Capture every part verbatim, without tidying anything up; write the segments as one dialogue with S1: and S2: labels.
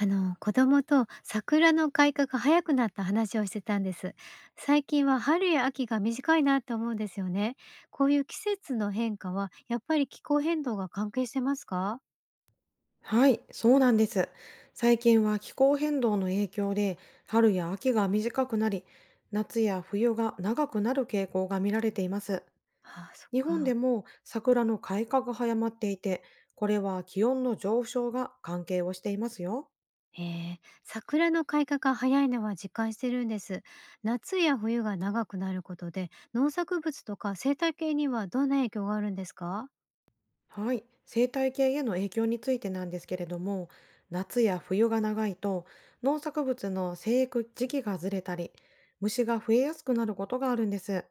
S1: あの子供と桜の開花が早くなった話をしてたんです。最近は春や秋が短いなと思うんですよね。こういう季節の変化はやっぱり気候変動が関係してますか？
S2: はい、そうなんです。最近は気候変動の影響で春や秋が短くなり、夏や冬が長くなる傾向が見られています。
S1: ああ、そっ
S2: 日本で
S1: か。
S2: も桜の開花が早まっていて、これは気温の上昇が関係をしていますよ。
S1: えー、桜の開花が早いのは実感してるんです。夏や冬が長くなることで農作物とか生態系にはどんな影響があるんですか？
S2: はい、生態系への影響についてなんですけれども、夏や冬が長いと農作物の生育時期がずれたり、虫が増えやすくなることがあるんです。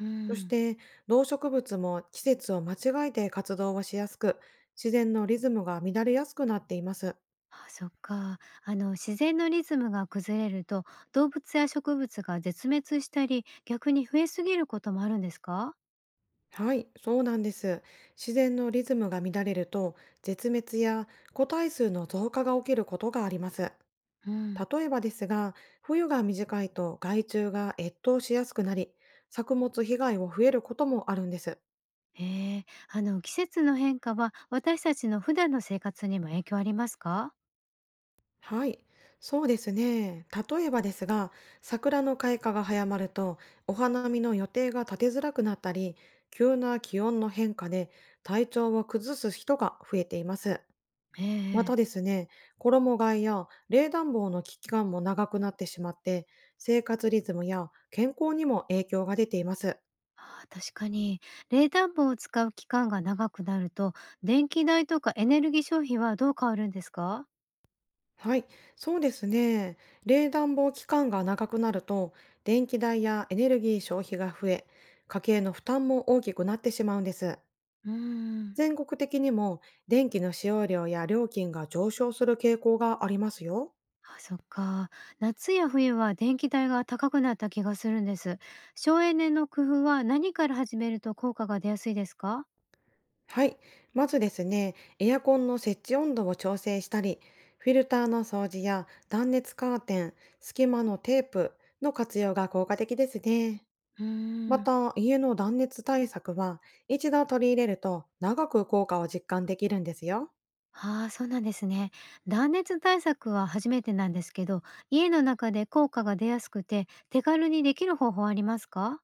S1: う
S2: そし
S1: ん。
S2: て動植物も季節を間違えて活動をしやすく、自然のリズムが乱れやすくなっています。
S1: あ、そっか。あの、自然のリズムが崩れると、動物や植物が絶滅したり、逆に増えすぎることもあるんですか？
S2: はい、そうなんです。自然のリズムが乱れると、絶滅や個体数の増加が起きることがあります。
S1: うん。
S2: 例えばですが、冬が短いと害虫が越冬しやすくなり、作物被害を増えることもあるんです。
S1: へえ、あの、季節の変化は私たちの普段の生活にも影響ありますか？
S2: はい、そうですね。例えばですが、桜の開花が早まると、お花見の予定が立てづらくなったり、急な気温の変化で体調を崩す人が増えています。
S1: え
S2: またで
S1: え。
S2: すね、衣替えや冷暖房の期間も長くなってしまって、生活リズムや健康にも影響が出ています。
S1: ああ、確かに冷暖房を使う期間が長くなると電気代とかエネルギー消費はどう変わるんですか？
S2: はい、そうですね。冷暖房期間が長くなると、電気代やエネルギー消費が増え、家計の負担も大きくなってしまうんです。
S1: うーん。
S2: 全国的にも電気の使用量や料金が上昇する傾向がありますよ。
S1: あ、そっか。夏や冬は電気代が高くなった気がするんです。省エネの工夫は何から始めると効果が出やすいですか？
S2: はい、まずですね、エアコンの設置温度を調整したり、フィルターの掃除や断熱カーテン、隙間のテープの活用が効果的ですね。
S1: うー
S2: ま
S1: ん。
S2: た、家の断熱対策は、一度取り入れると長く効果を実感できるんですよ。
S1: ああ、そうなんですね。断熱対策は初めてなんですけど、家の中で効果が出やすくて手軽にできる方法ありますか？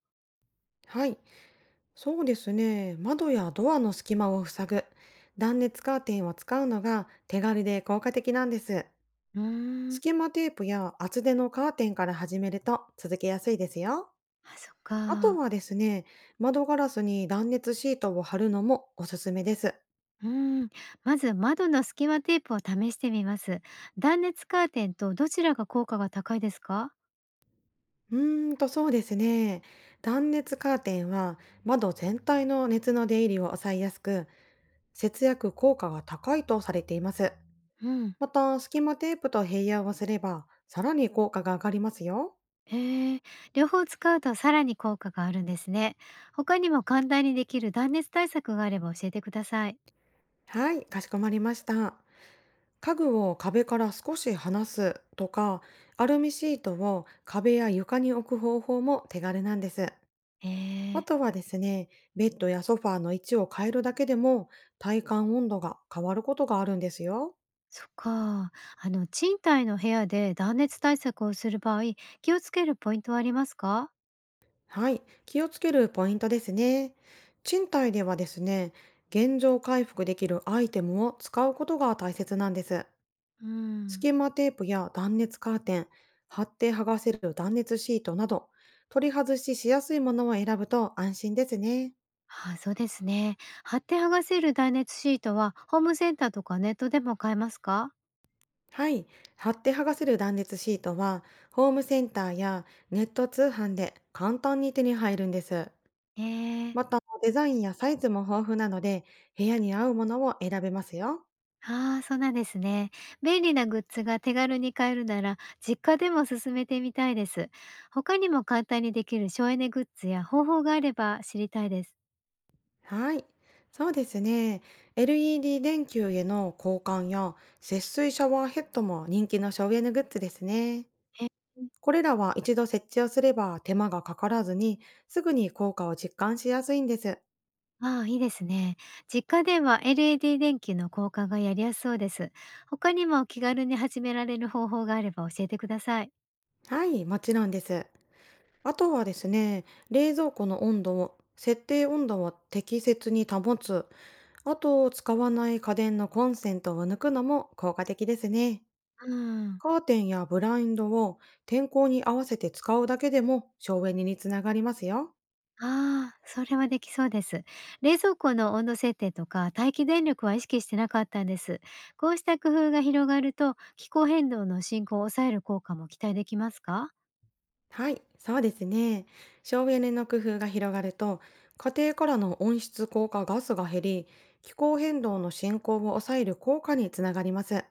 S2: はい、そうですね。窓やドアの隙間を塞ぐ、断熱カーテンを使うのが手軽で効果的なんです。
S1: うーん。
S2: 隙間テープや厚手のカーテンから始めると続けやすいですよ。
S1: あ、そっ
S2: あと
S1: か。
S2: はですね、窓ガラスに断熱シートを貼るのもおすすめです。
S1: うーん。まず窓の隙間テープを試してみます。断熱カーテンとどちらが効果が高いですか？
S2: うーんと、そうですね。断熱カーテンは窓全体の熱の出入りを抑えやすく、節約効果が高いとされています。
S1: うん。
S2: また、隙間テープと併用をすれば、さらに効果が上がりますよ。
S1: へえ、両方使うとさらに効果があるんですね。他にも簡単にできる断熱対策があれば教えてください。
S2: はい、かしこまりました。家具を壁から少し離すとか、アルミシートを壁や床に置く方法も手軽なんです。
S1: へ
S2: あ
S1: え、
S2: とはですね、ベッドやソファーの位置を変えるだけでも体感温度が変わることがあるんですよ。
S1: そっか。あの、賃貸の部屋で断熱対策をする場合、気をつけるポイントはありますか？
S2: はい、気をつけるポイントですね。賃貸ではですね、現状回復できるアイテムを使うことが大切なんです。
S1: う
S2: ス
S1: ん。
S2: キマテープや断熱カーテン、貼って剥がせる断熱シートなど、取り外ししやすいものを選ぶと安心ですね。
S1: ああ、そうですね。貼って剥がせる断熱シートはホームセンターとかネットでも買えますか？
S2: はい、貼って剥がせる断熱シートは、ホームセンターやネット通販で簡単に手に入るんです。
S1: へえ。
S2: また、デザインやサイズも豊富なので、部屋に合うものを選べますよ。
S1: ああ、そうなんですね。便利なグッズが手軽に買えるなら、実家でも進めてみたいです。他にも簡単にできる省エネグッズや方法があれば知りたいです。
S2: はい。そうですね。エルイーディー 電球への交換や節水シャワーヘッドも人気の省エネグッズですね。
S1: え。
S2: これらは一度設置をすれば手間がかからずにすぐに効果を実感しやすいんです。
S1: ああ、いいですね。実家では エルイーディー 電球の交換がやりやすそうです。他にも気軽に始められる方法があれば教えてください。
S2: はい、もちろんです。あとはですね、冷蔵庫の温度を、設定温度を適切に保つ、あと使わない家電のコンセントを抜くのも効果的ですね。
S1: うん。
S2: カーテンやブラインドを天候に合わせて使うだけでも省エネにつながりますよ。
S1: ああ、それはできそうです。冷蔵庫の温度設定とか待機電力は意識してなかったんです。こうした工夫が広がると気候変動の進行を抑える効果も期待できますか？
S2: はい、そうですね。省エネの工夫が広がると、家庭からの温室効果ガスが減り、気候変動の進行を抑える効果につながります。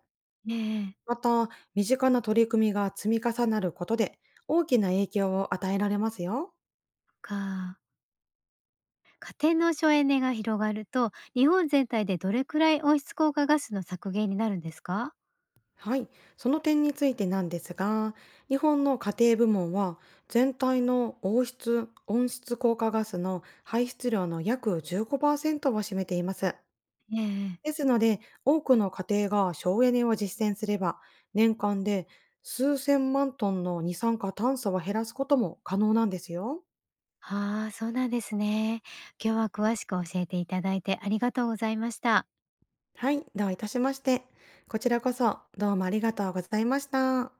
S1: ええ、
S2: また、身近な取り組みが積み重なることで、大きな影響を与えられますよ。
S1: か。家庭の省エネが広がると日本全体でどれくらい温室効果ガスの削減になるんですか？
S2: はい、その点についてなんですが、日本の家庭部門は全体の王室、温室効果ガスの排出量の約じゅうごパーセントを占めています。
S1: ええ。
S2: ですので、多くの家庭が省エネを実践すれば、年間で数千万トンの二酸化炭素を減らすことも可能なんですよ。
S1: ああ、そうなんですね。今日は詳しく教えていただいてありがとうございました。
S2: はい、どういたしまして。こちらこそどうもありがとうございました。